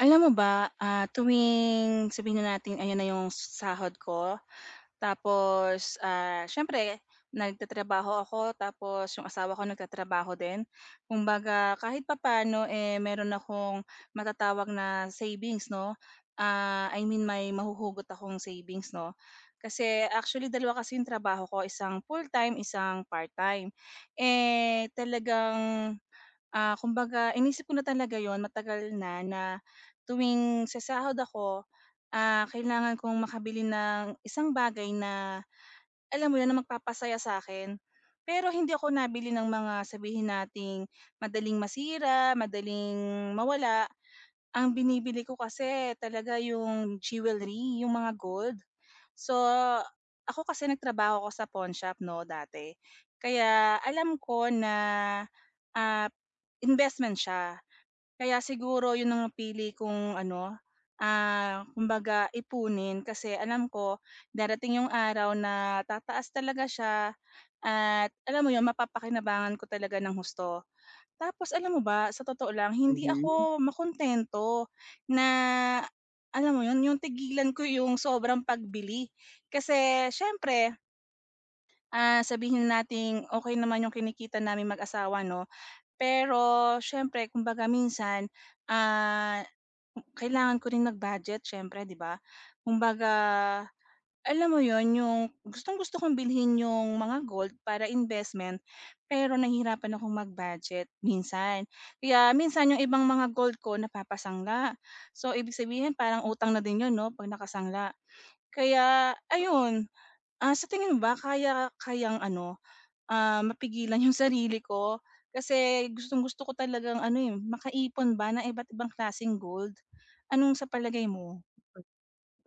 Alam mo ba, tuwing sabihin na natin ayan na yung sahod ko, tapos, siyempre nagtatrabaho ako tapos yung asawa ko nagtatrabaho din. Kumbaga kahit papaano, eh, meron akong matatawag na savings 'no, I mean may mahuhugot akong savings 'no. Kasi actually dalawa kasi yung trabaho ko, isang full-time, isang part-time. Eh, talagang kumbaga inisip ko na talaga yon matagal na na tuwing sasahod ako, kailangan kong makabili ng isang bagay na alam mo 'yun, na magpapasaya sa akin. Pero hindi ako nabili ng mga sabihin nating madaling masira, madaling mawala. Ang binibili ko kasi talaga yung jewelry, yung mga gold. So, ako kasi nagtrabaho ako sa pawn shop 'no, dati. Kaya alam ko na, ah, investment siya. Kaya siguro yun ang napili kong ano, kumbaga ipunin kasi alam ko darating yung araw na tataas talaga siya at alam mo yun, mapapakinabangan ko talaga ng husto. Tapos alam mo ba, sa totoo lang hindi Mhm. ako makuntento na alam mo 'yun, yung tigilan ko yung sobrang pagbili. Kasi siyempre, sabihin nating okay naman yung kinikita namin mag-asawa 'no, pero siyempre kumbaga minsan, ah, kailangan ko rin mag-budget siyempre 'di ba? Kumbaga alam mo yon yung gustong-gusto kong bilhin yung mga gold para investment, pero nahihirapan akong mag-budget minsan. Kaya minsan yung ibang mga gold ko napapasangla. So, ibig sabihin parang utang na din 'yun 'no 'pag nakasangla. Kaya ayun, sa tingin mo ba kaya kayang ano, mapigilan yung sarili ko? Kasi gustong-gusto ko talagang ano, eh, makaipon ba ng iba't ibang klaseng gold. Anong sa palagay mo?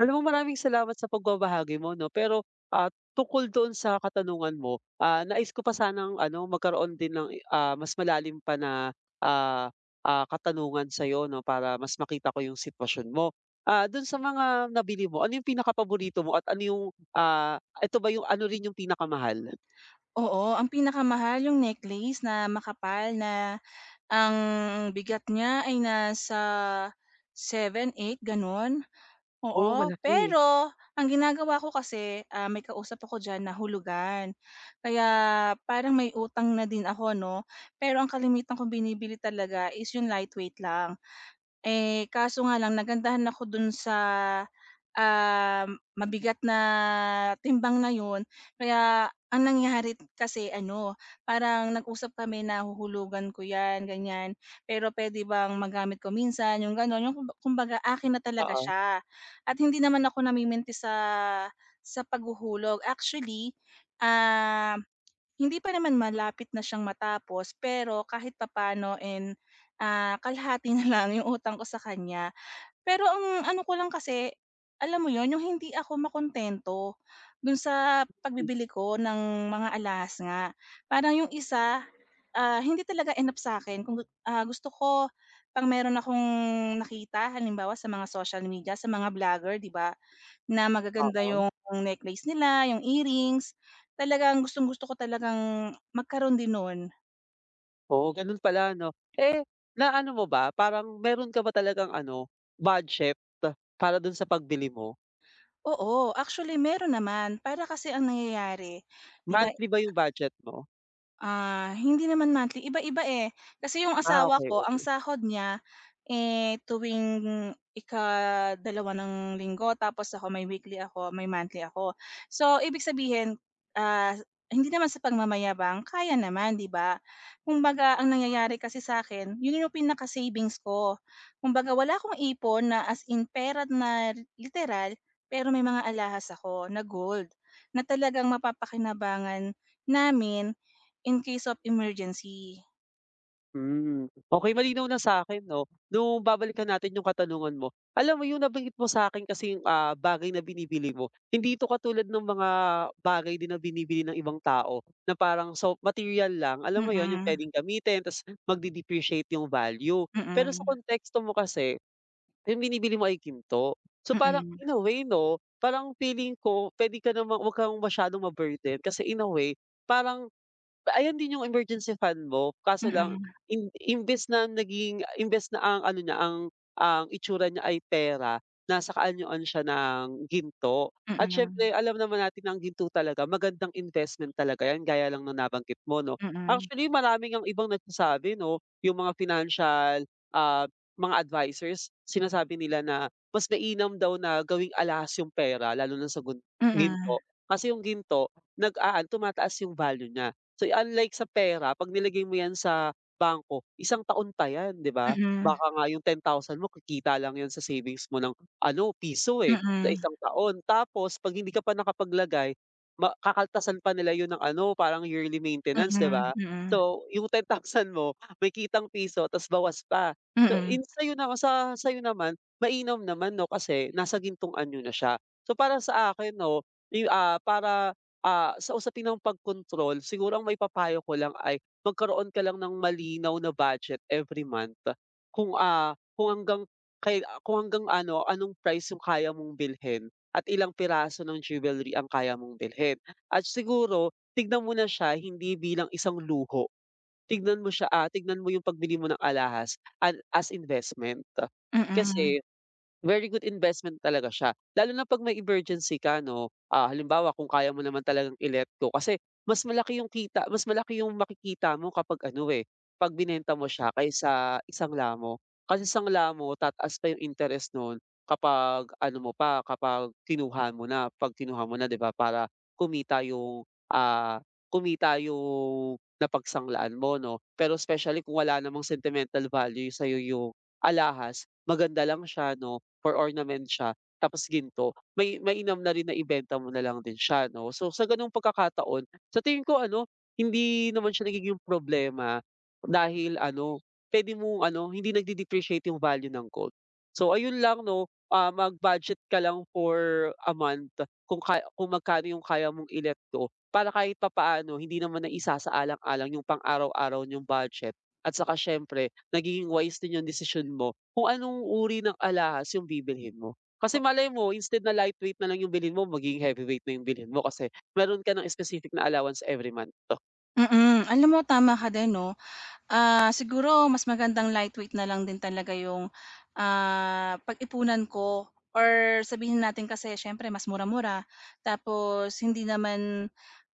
Alam mo maraming salamat sa pagbabahagi mo 'no, pero, tukol doon sa katanungan mo, nais ko pa sanang ano magkaroon din ng, mas malalim pa na, ah, katanungan sa'yo 'no, para mas makita ko yung sitwasyon mo. Do'n sa mga nabili mo, ano yung pinakapaborito mo at ano yung, ito ba yung ano rin yung pinakamahal? Oo, ang pinakamahal yung necklace na makapal na ang bigat niya ay nasa seven eight gano'n, oo. Oo, malaki. Pero ang ginagawa ko kasi, may kausap ako diyan na hulugan. Kaya parang may utang na din ako 'no, pero ang kalimitan kong binibili talaga is yung lightweight lang. Eh, kaso nga lang nagandahan ako dun sa, ah, mabigat na timbang na yun. Kaya ang nangyari kasi ano, parang nag-usap kami na huhulugan ko 'yan, ganyan. Pero pwede bang magamit ko minsan, yung gano'n. Yung kumbaga akin na talaga Oo, siya at hindi naman ako namiminti sa paghuhulog. Actually, ah hindi pa naman malapit na siyang matapos, pero kahit papaano and, kalahati na lang yung utang ko sa kanya. Pero ang ano ko lang kasi, alam mo yon yung hindi ako makontento dun sa hmm, pagbibili ko ng mga alas nga. Parang yung isa, hindi talaga enough sa'kin kung, gusto ko 'pag meron akong nakita halimbawa sa mga social media, sa mga vlogger, 'di ba? Na magaganda oo. yung necklace nila, yung earrings, talagang gustong-gusto ko talagang magkaroon din nun. Oo, gano'n pala 'no. Eh, na ano mo ba, parang meron ka ba talagang ano, budget para do'n sa pagbili mo? Oo, actually meron naman para kasi ang nangyayari, 'di ba? Monthly ba yung budget mo? Hindi naman monthly, iba-iba, eh. Kasi yung asawa Okay, ko ang okay. sahod niya, eh, tuwing ikadalawa ng linggo tapos ako may weekly ako, may monthly ako. So, ibig sabihin, ah, hindi naman sa pagmamayabang, kaya naman, 'di ba? Kumbaga ang nangyayari kasi sa akin yun yung pinaka-savings ko. Kumbaga wala akong ipon na as in pera na literal, pero may mga alahas ako na gold na talagang mapapakinabangan namin in case of emergency. Hmm, okay, malinaw na sa'kin 'no. Nung babalikan natin yung katanungan mo, alam mo yung nabanggit mo sa sa'kin kasing, bagay na binibili mo, hindi ito katulad ng mga bagay din na binibili ng ibang tao na parang so material lang, alam mo yun, yung Mm, puwedeng gamitin ta's magde-depreciate yung value. mm, Pero sa mm, konteksto mo kasi yung binibili mo ay ginto. So, parang mm, in a way 'no, parang feeling ko pwede ka na 'wag kang masyadong ma-burden kasi in a way parang ayan din yung emergency fund mo, kaso mm, lang mm, imbes na naging imbes na ang ano niya ang itsura niya ay pera, nasa kaanyuan siya ng ginto. At siyempre mm, alam naman natin na ang ginto talaga magandang investment talaga yan gaya lang ng nabanggit mo 'no. mm, Actually marami ngang ibang nagsasabi 'no, yung mga financial, ah, mga advisors sinasabi nila na mas mainam daw na gawing alahas yung pera lalo na sa mm, mm, ginto. Kasi yung ginto nag-aano tumataas yung value niya. So, unlike sa pera 'pag nilagay mo 'yan sa bangko, isang taon pa 'yan, 'di ba? Baka nga yung 10,000 mo kikita lang 'yun sa savings mo ng ano, piso, eh, sa isang taon. Tapos 'pag hindi ka pa nakapaglagay, ma kakaltasan pa nila 'yun ng ano, parang yearly maintenance, 'di mm, ba? mm, So, yung 10,000 mo may kitang piso ta's bawas pa. So, in sa'yo na sa sa'yo naman, mainam naman 'no, kasi nasa gintungan niyo na siya. So, para sa akin 'no, para sa usapin ng pagkontrol siguro ang maipapayo ko lang ay magkaroon ka lang ng malinaw na budget every month. Kung, kung hanggang kung hanggang ano, anong price yung kaya mong bilhin at ilang piraso ng jewelry ang kaya mong bilhin. At siguro tignan mo na siya hindi bilang isang luho, tignan mo siya, tignan mo yung pagbili mo ng alahas as investment. mm, mm. Kasi very good investment talaga siya, lalo na 'pag may emergency ka 'no. Ah, halimbawa kung kaya mo naman talagang i-let go kasi mas malaki yung makikita mo kapag ano, eh, 'pag binenta mo siya kaysa isang lamo. Kasi isang lamo tataas pa yung interest nun kapag ano mo pa, kapag kinuha mo na 'di ba, para kumita yung, kumita yung napagsanglaan mo 'no. Pero especially kung wala namang sentimental value sa'yo yung alahas, maganda lang siya 'no for ornament siya tapos ginto, may mainam na rin na ibenta mo na lang din siya 'no. So, sa gano'ng pagkakataon, sa tingin ko ano, hindi naman siya nagiging problema dahil ano, puwede mo ano, hindi nagde-depreciate yung value ng gold. So, ayun lang 'no, mag-budget ka lang for a month kung kung magkano yung kaya mong i-let go para kahit papaano hindi naman na isasaalang-alang yung pang-araw-araw niyong budget at saka siyempre nagiging wise din yung decision mo kung anong uri ng alahas yung bibilhin mo. Kasi O, malay mo instead na lightweight na lang yung bilhin mo magiging heavyweight na yung bilhin mo kasi meron ka ng specific na allowance every month. mm, alam mo tama ka din 'no, siguro mas magandang lightweight na lang din talaga yung, pag-ipunan ko or sabihin natin kasi siyempre mas mura-mura tapos hindi naman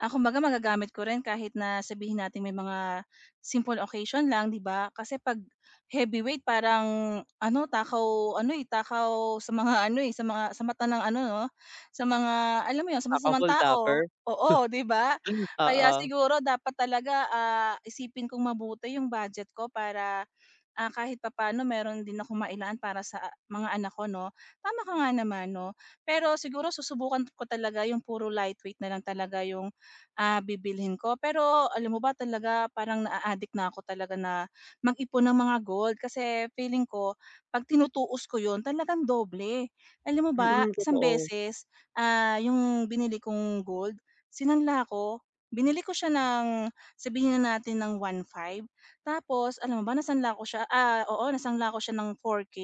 ako kumbaga magagamit ko rin kahit na sabihin natin may mga simple occasion lang, 'di ba? Kasi 'pag heavyweight parang ano, takaw ano, eh, takaw sa mga ano, eh, sa mga sa mata ng ano 'no, sa mga alam mo 'yun, sa masasamang Naka-whole tao. topper. Oo, 'di ba? Kaya Oo, siguro dapat talaga, isipin kong mabuti yung budget ko para, kahit papaano meron din ako mailaan para sa mga anak ko 'no. Tama ka nga naman 'no, pero siguro susubukan ko talaga yung puro lightweight na lang talaga yung, bibilhin ko. Pero alam mo ba talaga parang naa-addict na ako talaga na mag-ipon ng mga gold kasi feeling ko 'pag tinutuos ko yun talagang doble. Alam mo ba mm, isang totoo, beses, yung binili kong gold sinanla ko, binili ko siya ng sabihin na natin ng 1,500. Tapos alam mo ba nasanla ko siya oo nasanla ko siya ng 4K,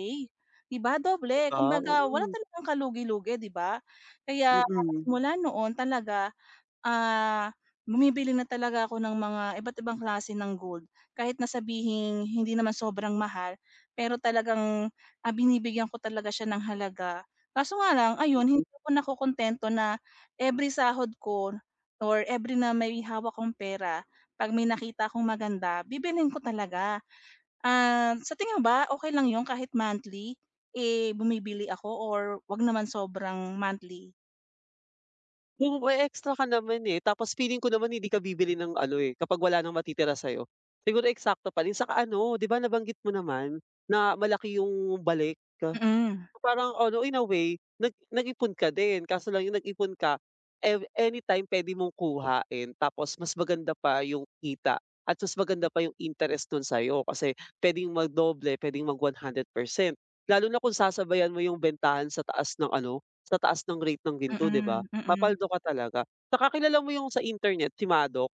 'di ba 'di doble ba? kumbaga wala talagang kalugi-lugi 'di ba? Kaya Mm, mm. mula noon talaga Ah, bumibili na talaga ako ng mga iba't ibang klase ng gold. Kahit na sabihing hindi naman sobrang mahal, pero talagang, binibigyan ko talaga siya ng halaga. Kaso nga lang ayun, hindi ako nakokontento na every sahod ko or every na may hawak akong pera, 'pag may nakita akong maganda, bibilhin ko talaga. Sa tingin mo ba okay lang 'yun kahit monthly, eh, bumibili ako or 'wag naman sobrang monthly? Yung may extra ka naman, eh, tapos feeling ko naman hindi ka bibili ng ano, eh, kapag wala nang matitira sa'yo. Siguro eksakto pa rin saka ano, 'di ba nabanggit mo naman na malaki yung balik? Mm. Parang ano, in a way, nag-ipon ka din kaso lang yung nag-ipon ka, anytime puwede mong kuhain tapos mas maganda pa yung kita at mas maganda pa yung interest dun sa'yo kasi puwedeng magdoble, puwedeng mag-100%. Lalo na kung sasabayan mo yung bentahan sa taas ng ano, sa taas ng rate ng ginto, 'di ba? Mm, mm, Papaldo ka talaga. Tsaka kilala mo yung sa internet, si Madoff?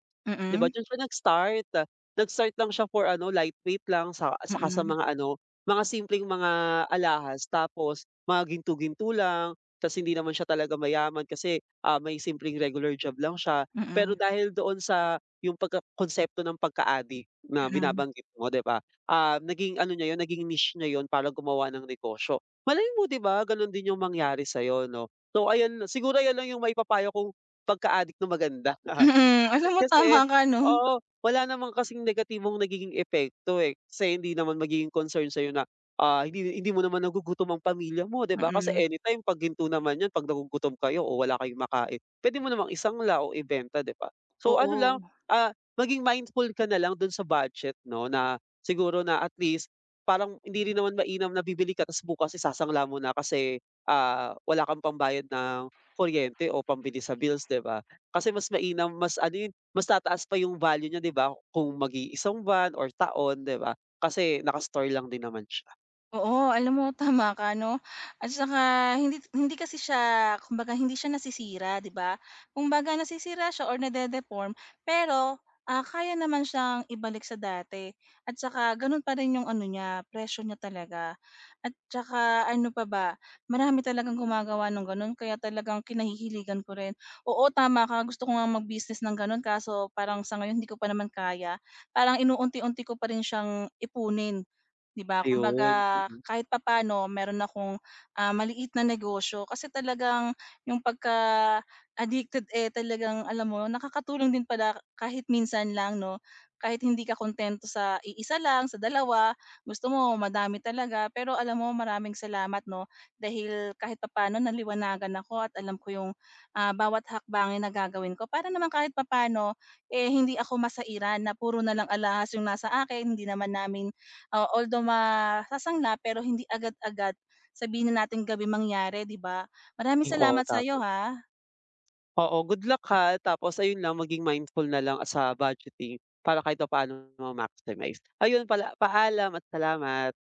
'Di ba mm. diyan siya nag-start. Nag-start lang siya for ano, lightweight lang sa saka sa Mm, mga ano, mga simpleng mga alahas tapos mga ginto-ginto lang. Tas hindi naman siya talaga mayaman kasi, may simpleng regular job lang siya. mm, Pero mm, dahil doon sa yung pagka konsepto ng pagka-addict na mm. binabanggit mo, 'di ba, naging ano niya yun, naging niche niya yon para gumawa ng negosyo. Malay mo 'di ba ganun din yung mangyari sa'yo 'no? So ayun siguro ayan lang yung maipapayo kong pagka-addict na maganda. Mm, alam mo tama Kasi ka 'no? oo, wala naman kasing negatibong nagiging epekto, eh. Kasi hindi naman magiging concern sa'yo na, hindi hindi mo naman nagugutom ang pamilya mo, 'di ba? Kasi Mm, anytime 'pag ginto naman 'yan 'pag nagugutom kayo o wala kayong makain, puwede mo namang isang lao ibenta, 'di ba? So ano lang, oo. Maging mindful ka na lang dun sa budget 'no, na siguro na at least parang hindi rin naman mainam na bibili ka ta's bukas isasangla mo na kasi, wala kang pambayad ng kuryente o pambili sa bills, 'di ba? Kasi mas mainam mas ano, eh, mas tataas pa yung value niya 'di ba kung mag-iisang buwan or taon 'di ba? Kasi naka-store lang din naman siya, Oo, alam mo tama ka 'no, at saka hindi hindi kasi siya kumbaga hindi siya nasisira, 'di ba? Kumbaga nasisira siya or nade-deform pero, kaya naman siyang ibalik sa dati at saka gano'n pa rin 'yung ano niya, presyo niya talaga. At saka ano pa ba, marami talagang gumagawa ng gano'n kaya talagang kinahihiligan ko rin. Oo, tama ka gusto ko ngang mag-business ng gano'n kaso parang sa ngayon hindi ko pa naman kaya. Parang inuunti-unti ko pa rin siyang ipunin. 'Di ba kumbaga ayun, mm. kahit papaano meron akong, maliit na negosyo kasi talagang yung pagka-addicted, eh, talagang alam mo nakakatulong din pala kahit minsan lang 'no, kahit hindi ka kuntento sa iisa lang, sa dalawa, gusto mo madami talaga. Pero alam mo maraming salamat 'no, dahil kahit papaano naliwanagan ako at alam ko yung, bawat hakbangin na gagawin ko para naman kahit papaano, eh, hindi ako masairan na puro na lang alahas yung nasa akin, hindi naman namin although masasangla pero hindi agad-agad sabihin na natin gabi mangyari, 'di ba? Maraming Oo, salamat sa tama. iyo ha. Oo, good luck ha, tapos ayun lang maging mindful na lang sa budgeting para kahit papaano ma-maximize. Ayun pala, paalam at salamat.